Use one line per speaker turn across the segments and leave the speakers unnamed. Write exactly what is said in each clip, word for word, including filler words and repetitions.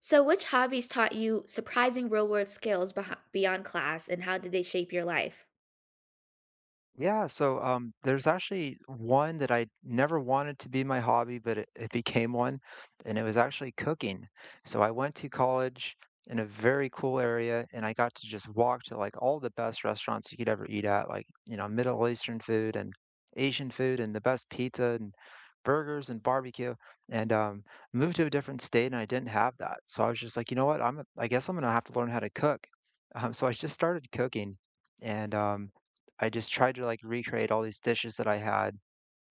So, which hobbies taught you surprising real world skills behi- beyond class, and how did they shape your life?
Yeah, so um, there's actually one that I never wanted to be my hobby, but it, it became one, and it was actually cooking. So I went to college in a very cool area, and I got to just walk to like all the best restaurants you could ever eat at, like, you know, Middle Eastern food and Asian food and the best pizza and burgers and barbecue. And um, Moved to a different state, and I didn't have that. So I was just like, you know what? I'm, a- I guess I'm gonna have to learn how to cook. Um, so I just started cooking, and um, I just tried to, like, recreate all these dishes that I had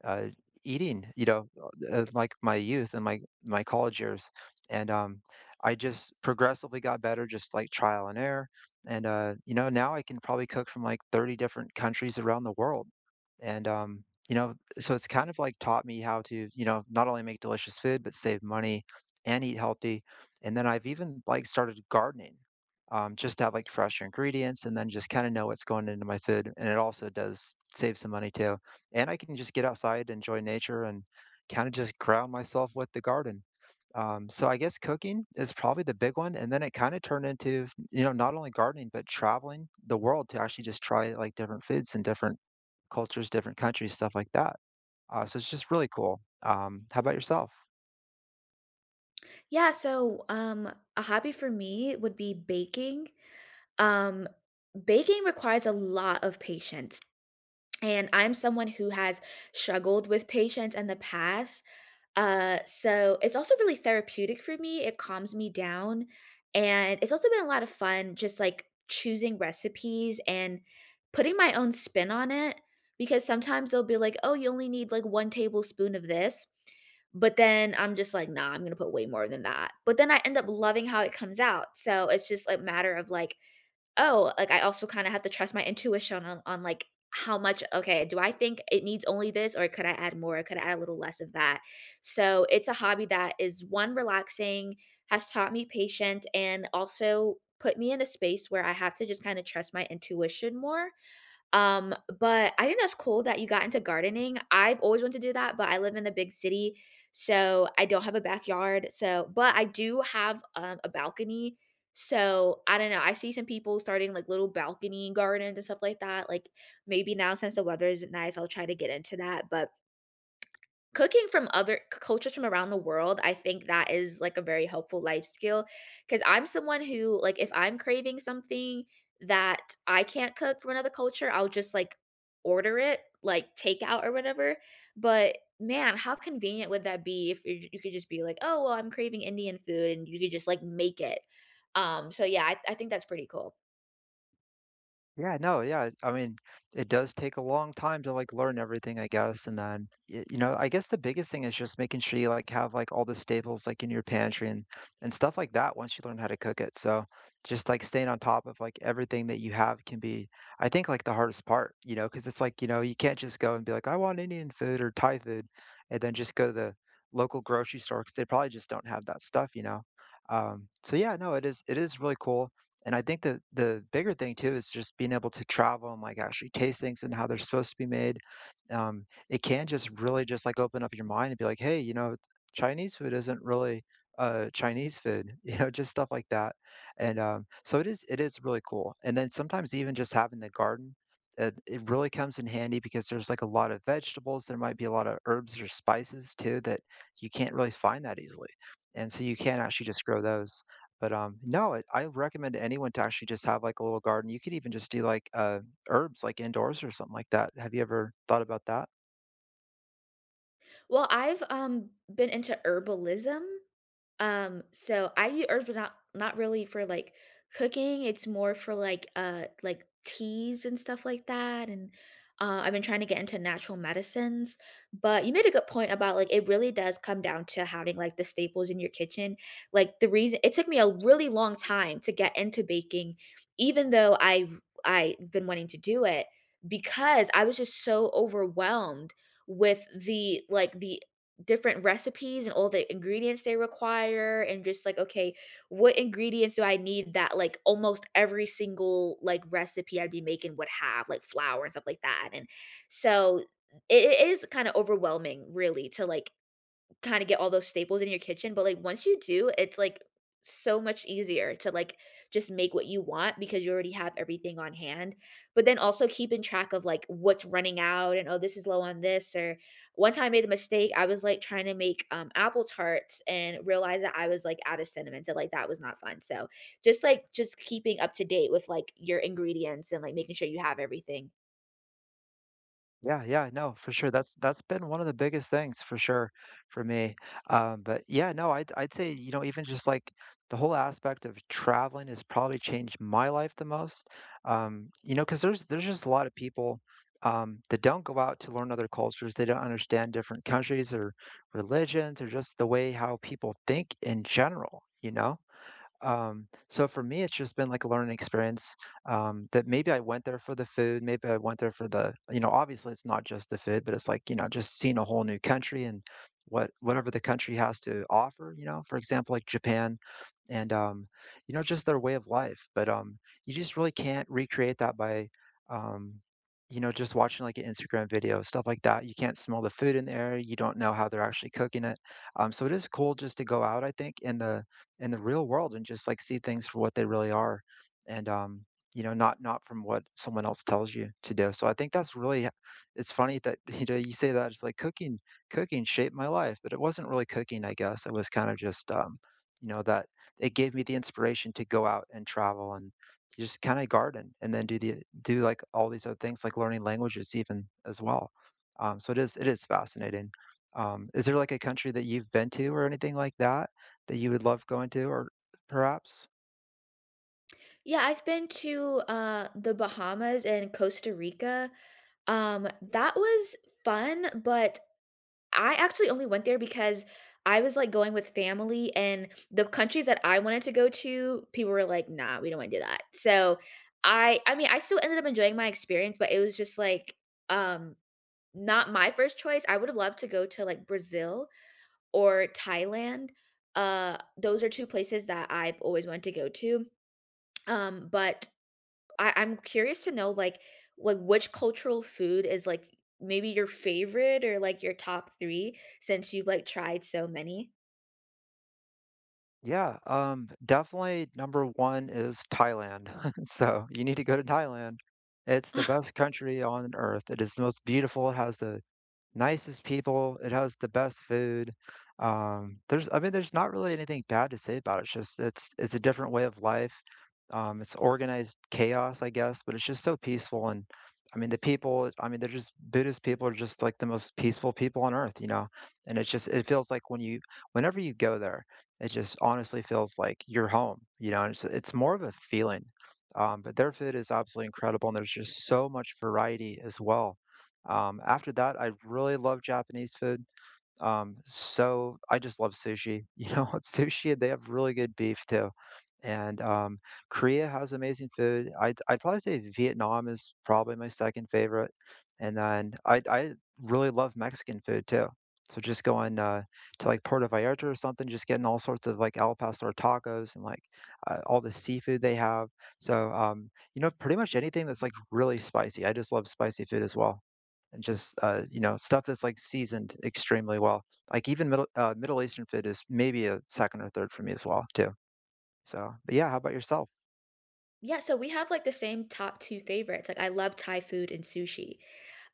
uh, eating, you know, uh, like my youth and my my college years, and um, I just progressively got better, just like trial and error, and uh, you know, now I can probably cook from like thirty different countries around the world, and um, you know, so it's kind of like taught me how to, you know, not only make delicious food but save money and eat healthy, and then I've even like started gardening. Um, just to have like fresh ingredients and then just kind of know what's going into my food. And it also does save some money too, and I can just get outside, enjoy nature, and kind of just ground myself with the garden. Um, so I guess cooking is probably the big one, and then it kind of turned into, you know, not only gardening but traveling the world to actually just try like different foods and different cultures, different countries, stuff like that. Uh, so it's just really cool. Um, how about yourself?
Yeah, so um, a hobby for me would be baking. Um, baking requires a lot of patience. And I'm someone who has struggled with patience in the past. Uh, so it's also really therapeutic for me, it calms me down, and it's also been a lot of fun just, like, choosing recipes and putting my own spin on it, because sometimes they'll be like, "Oh, you only need, like, one tablespoon of this," but then I'm just like, "Nah, I'm gonna put way more than that," but then I end up loving how it comes out, so it's just a matter of, like, oh, like, I also kinda have to trust my intuition on on, like, how much, okay, do I think it needs only this, or could I add more? Could I add a little less of that? So, it's a hobby that is, one, relaxing, has taught me patient, and also put me in a space where I have to just kinda trust my intuition more, um, but I think that's cool that you got into gardening. I've always wanted to do that, but I live in the big city, so I don't have a backyard. So, but I do have um, a balcony. So I don't know. I see some people starting like little balcony gardens and stuff like that. Like maybe now since the weather isn't nice, I'll try to get into that. But cooking from other c cultures from around the world, I think that is, like, a very helpful life skill, because 'cause I'm someone who, like, if I'm craving something that I can't cook from another culture, I'll just, like, order it, like, takeout or whatever, but, man, how convenient would that be if you you could just be like, "Oh, well, I'm craving Indian food," and you could just, like, make it. Um, so, yeah, I I think that's pretty cool.
Yeah, no, yeah. I mean, it does take a long time to like learn everything, I guess. And then, y- you know, I guess the biggest thing is just making sure you like have like all the staples like in your pantry and and stuff like that once you learn how to cook it. So just like staying on top of like everything that you have can be, I think, like the hardest part, you know, because it's like, you know, you can't just go and be like, I want Indian food or Thai food, and then just go to the local grocery store because they probably just don't have that stuff, you know. Um, so yeah, no, it is it is really cool, and I think the the bigger thing too is just being able to travel and like actually taste things and how they're supposed to be made. Um, it can just really just like open up your mind and be like, hey, you know, Chinese food isn't really uh Chinese food, you know, just stuff like that. And um, so it is it is really cool. And then sometimes even just having the garden, uh, it really comes in handy because there's like a lot of vegetables. There might be a lot of herbs or spices too that you can't really find that easily. And so you can actually just grow those. But, um, no, I I recommend anyone to actually just have, like, a little garden. You could even just do, like, uh, herbs, like, indoors or something like that. Have you ever thought about that?
Well, I've, um, been into herbalism. Um, so I use herbs, but not not really for, like, cooking, it's more for, like, uh, like, teas and stuff like that, and, uh, I've been trying to get into natural medicines, but you made a good point about, like, it really does come down to having, like, the staples in your kitchen. Like, the reason it took me a really long time to get into baking, even though I I've I've been wanting to do it, because I was just so overwhelmed with the like the different recipes and all the ingredients they require, and just like, okay, what ingredients do I need, that like almost every single like recipe I'd be making would have, like flour and stuff like that. And so it it is kind of overwhelming, really, to like kinda get all those staples in your kitchen, but, like, once you do, it's, like, so much easier to, like, just make what you want because you already have everything on hand, but then also keeping track of, like, what's running out and, "Oh, this is low on this," or one time I made a mistake, I was, like, trying to make, um, apple tarts and realized that I was, like, out of cinnamon, so, like, that was not fun, so just, like, just keeping up to date with, like, your ingredients and, like, making sure you have everything.
Yeah, yeah, no, for sure. That's that's been one of the biggest things for sure for me. Um, but yeah, no, I'd I'd say, you know, even just like the whole aspect of traveling has probably changed my life the most. Um, you know, because there's there's just a lot of people um, that don't go out to learn other cultures. They don't understand different countries or religions or just the way how people think in general, you know? Um, so for me, it's just been like a learning experience, um, that maybe I went there for the food, maybe I went there for the, you know, obviously it's not just the food, but it's like, you know, just seeing a whole new country and what whatever the country has to offer, you know, for example, like Japan and um, you know, just their way of life. But um you just really can't recreate that by um you know, just watching like an Instagram video, stuff like that. You can't smell the food in the air. You don't know how they're actually cooking it. Um, so it is cool just to go out, I think, in the in the real world and just like see things for what they really are and um you know, not not from what someone else tells you to do. So I think that's really, it's funny that you know you say that it's like cooking cooking shaped my life, but it wasn't really cooking. I guess it was kind of just, um you know, that it gave me the inspiration to go out and travel and just kind of garden and then do the do like all these other things, like learning languages even as well. Um so it is it is fascinating. Um is there like a country that you've been to or anything like that that you would love going to or perhaps?
Yeah, I've been to, uh, the Bahamas and Costa Rica. Um, that was fun, but I actually only went there because I was, like, going with family, and the countries that I wanted to go to, people were like, "Nah, we don't wanna do that." So, I I mean, I still ended up enjoying my experience, but it was just like, um, Not my first choice, I would've loved to go to, like, Brazil or Thailand. Uh, those are two places that I've always wanted to go to, um, but I I'm curious to know, like, like, which cultural food is, like, maybe your favorite or, like, your top three since you've, like, tried so many?
Yeah, um, definitely number one is Thailand. So, you need to go to Thailand. It's the best country on earth. It is the most beautiful, it has the nicest people, it has the best food, um, there's, I mean, there's not really anything bad to say about it, it's just it's it's a different way of life, um, it's organized chaos, I guess, but it's just so peaceful, and, I mean, the people, I mean, they're just, Buddhist people are just, like, the most peaceful people on earth, you know, and it's just it feels like when you whenever you go there, it just honestly feels like you're home, you know, and it's it's more of a feeling, um, but their food is absolutely incredible, and there's just so much variety as well. Um, after that, I really love Japanese food. Um, so I just love sushi. You know, sushi, they have really good beef too. And um, Korea has amazing food. I'd, I'd probably say Vietnam is probably my second favorite. And then I, I really love Mexican food too. So just going uh, to like Puerto Vallarta or something, just getting all sorts of like al pastor tacos and like uh, all the seafood they have. So um, you know, pretty much anything that's like really spicy. I just love spicy food as well and just uh, you know, stuff that's like seasoned extremely well. Like even middle uh, Middle Eastern food is maybe a second or third for me as well too. So, but yeah, how about yourself?
Yeah, so we have, like, the same top two favorites, like, I love Thai food and sushi.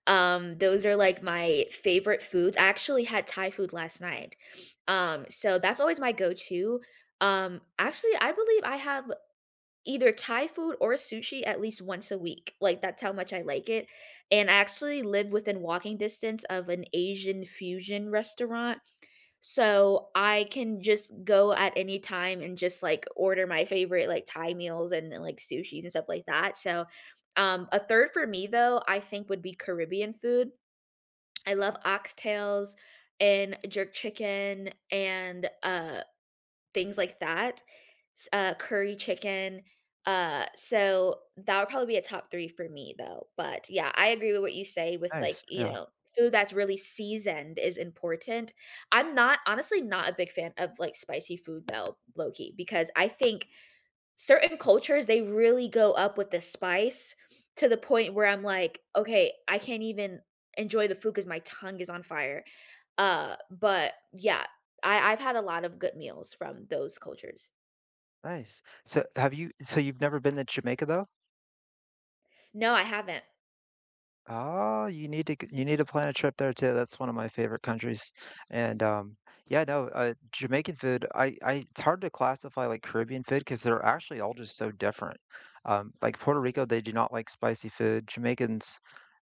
Um, those are like my favorite foods. I actually had Thai food last night. Um, so that's always my go-to. Um, actually, I believe I have either Thai food or sushi at least once a week. Like that's how much I like it. And I actually live within walking distance of an Asian fusion restaurant. So I can just go at any time and just like order my favorite like Thai meals and like sushi and stuff like that. So um, a third for me though, I think would be Caribbean food. I love oxtails and jerk chicken and, uh, things like that, s uh, curry chicken, uh, so that would probably be a top three for me, though, but, yeah, I agree with what you say with, like,
Nice,
you
yeah,
know, food that's really seasoned is important. I'm not, honestly, not a big fan of, like, spicy food, though, low key, because I think certain cultures, they really go up with the spice to the point where I'm like, "Okay, I can't even enjoy the food because my tongue is on fire." Uh, but yeah, I I've had a lot of good meals from those cultures.
nice. So have you? So you've never been to Jamaica though?
No, I haven't.
Oh, you need to g- you need to plan a trip there too. That's one of my favorite countries. And um, Yeah, no, uh, Jamaican food. I, I it's hard to classify like Caribbean food because they're actually all just so different. Um, like Puerto Rico, they do not like spicy food. Jamaicans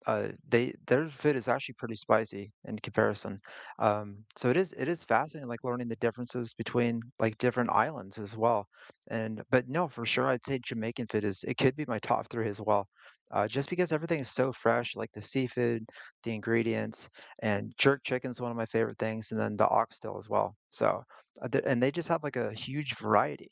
Uh, they, their food is actually pretty spicy in comparison. Um, so it is it is fascinating, like learning the differences between like different islands as well. And but no, for sure, I'd say Jamaican food is, it could be my top three as well, uh, just because everything is so fresh, like the seafood, the ingredients, and jerk chicken is one of my favorite things, and then the oxtail as well. So uh, th- and they just have like a huge variety.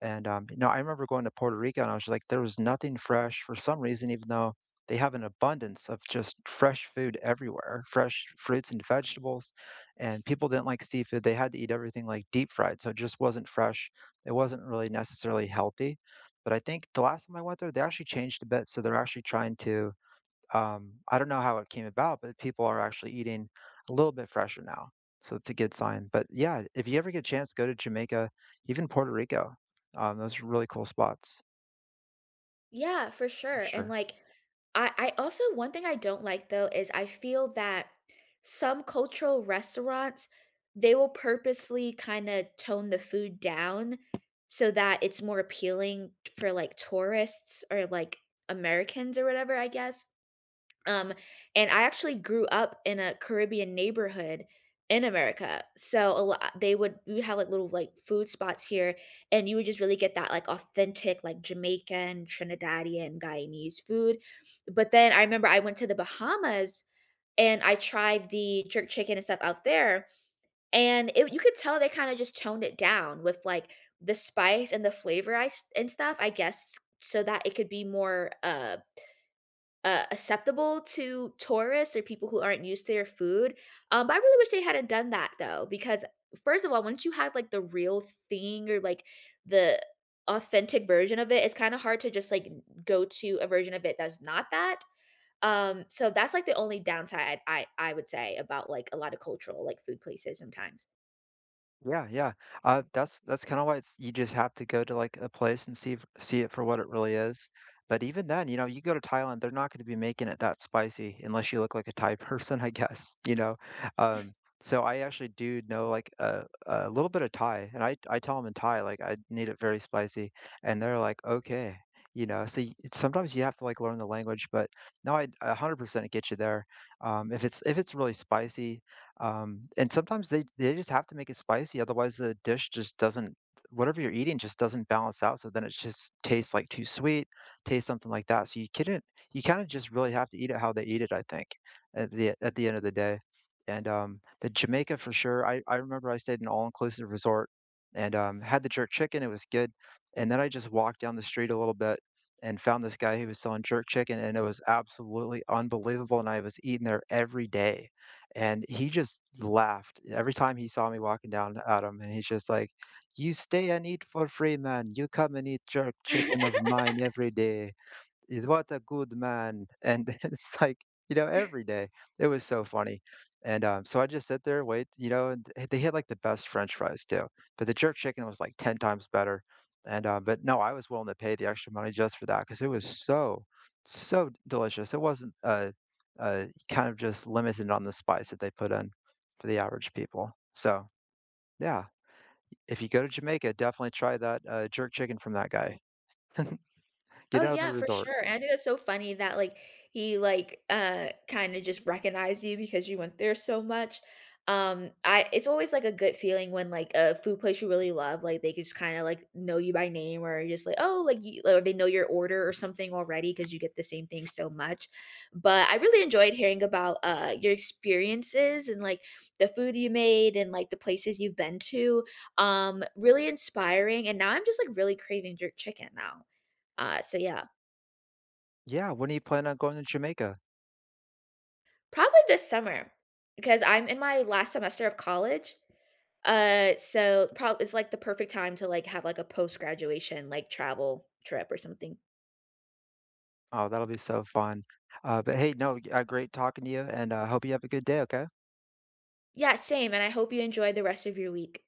And um, You know, I remember going to Puerto Rico, and I was just like, there was nothing fresh for some reason, even though they have an abundance of just fresh food everywhere, fresh fruits and vegetables, and people didn't like seafood. They had to eat everything, like, deep fried, so it just wasn't fresh. It wasn't really necessarily healthy, but I think the last time I went there, they actually changed a bit, so they're actually trying to, um I don't know how it came about, but people are actually eating a little bit fresher now, so it's a good sign. But, yeah, if you ever get a chance, go to Jamaica, even Puerto Rico. Um, those are really cool spots
Yeah, for
for
sure, and,
sure.
like I I also, one thing I don't like though is I feel that some cultural restaurants, they will purposely kinda tone the food down so that it's more appealing for, like, tourists or, like, Americans or whatever, I guess. Um, and I actually grew up in a Caribbean neighborhood in America. So a lot, they would, we would have like little like food spots here and you would just really get that like authentic like Jamaican, Trinidadian, Guyanese food. But then I remember I went to the Bahamas and I tried the jerk chicken and stuff out there. And it, you could tell they kind of just toned it down with like the spice and the flavor, I, s- and stuff, I guess, so that it could be more uh uh, acceptable to tourists or people who aren't used to their food. Um, but I really wish they hadn't done that though, because first of all, once you have like the real thing or like the authentic version of it, it's kind of hard to just like go to a version of it that's not that. Um, so that's like the only downside I I would say about like a lot of cultural like food places sometimes.
Yeah, yeah. Uh, that's that's kind of why it's, you just have to go to like a place and see f- see it for what it really is. But even then, you know, you go to Thailand, they're not going to be making it that spicy unless you look like a Thai person, I guess, you know. Um, so I actually do know like a, a little bit of Thai, and I I tell them in Thai like I need it very spicy, and they're like, okay, you know. So y- it's- sometimes you have to like learn the language, but no, I one hundred percent get you there. Um, if it's if it's really spicy, um, and sometimes they they just have to make it spicy, otherwise the dish just doesn't, whatever you're eating just doesn't balance out. So then it just tastes like too sweet, tastes something like that. So you couldn't you kind of just really have to eat it how they eat it, I think, at the at the end of the day. And um, But Jamaica for sure. I, I remember I stayed in an all-inclusive resort and um, had the jerk chicken. It was good. And then I just walked down the street a little bit and found this guy who was selling jerk chicken, and it was absolutely unbelievable. And I was eating there every day, and he just laughed every time he saw me walking down at him, and he's just like, "You stay and eat for free, man. You come and eat jerk chicken of mine every day." "Y- What a good man." And it's like, you know, every day. It was so funny. And um, so I just sit there, wait, you know, and th- they had like the best French fries too. But the jerk chicken was like ten times better. And uh, But no, I was willing to pay the extra money just for that because it was so, so delicious. It wasn't uh, uh, kind of just limited on the spice that they put in for the average people. So yeah, if you go to Jamaica, definitely try that uh, jerk chicken from that guy. Get
Oh,
out of the
yeah, for
resort.
sure, and I think that's so funny that, like, he, like, uh, kinda just recognized you because you went there so much. Um, I it's always, like, a good feeling when, like, a food place you really love, like, they could just kinda, like, know you by name or you're just like, "Oh," like, you or they know your order or something already because you get the same thing so much. But I really enjoyed hearing about, uh, your experiences and, like, the food you made and, like, the places you've been to. Um, really inspiring, and now I'm just, like, really craving jerk chicken now. Uh, so yeah.
Yeah, when do you plan on going to Jamaica?
Probably this summer, because I'm in my last semester of college. Uh, so probably it's like the perfect time to like have like a post graduation like travel trip or something.
Oh, that'll be so fun. Uh, but hey, no, uh, great talking to you, and uh, hope you have a good day. Okay.
Yeah, same. And I hope you enjoy the rest of your week.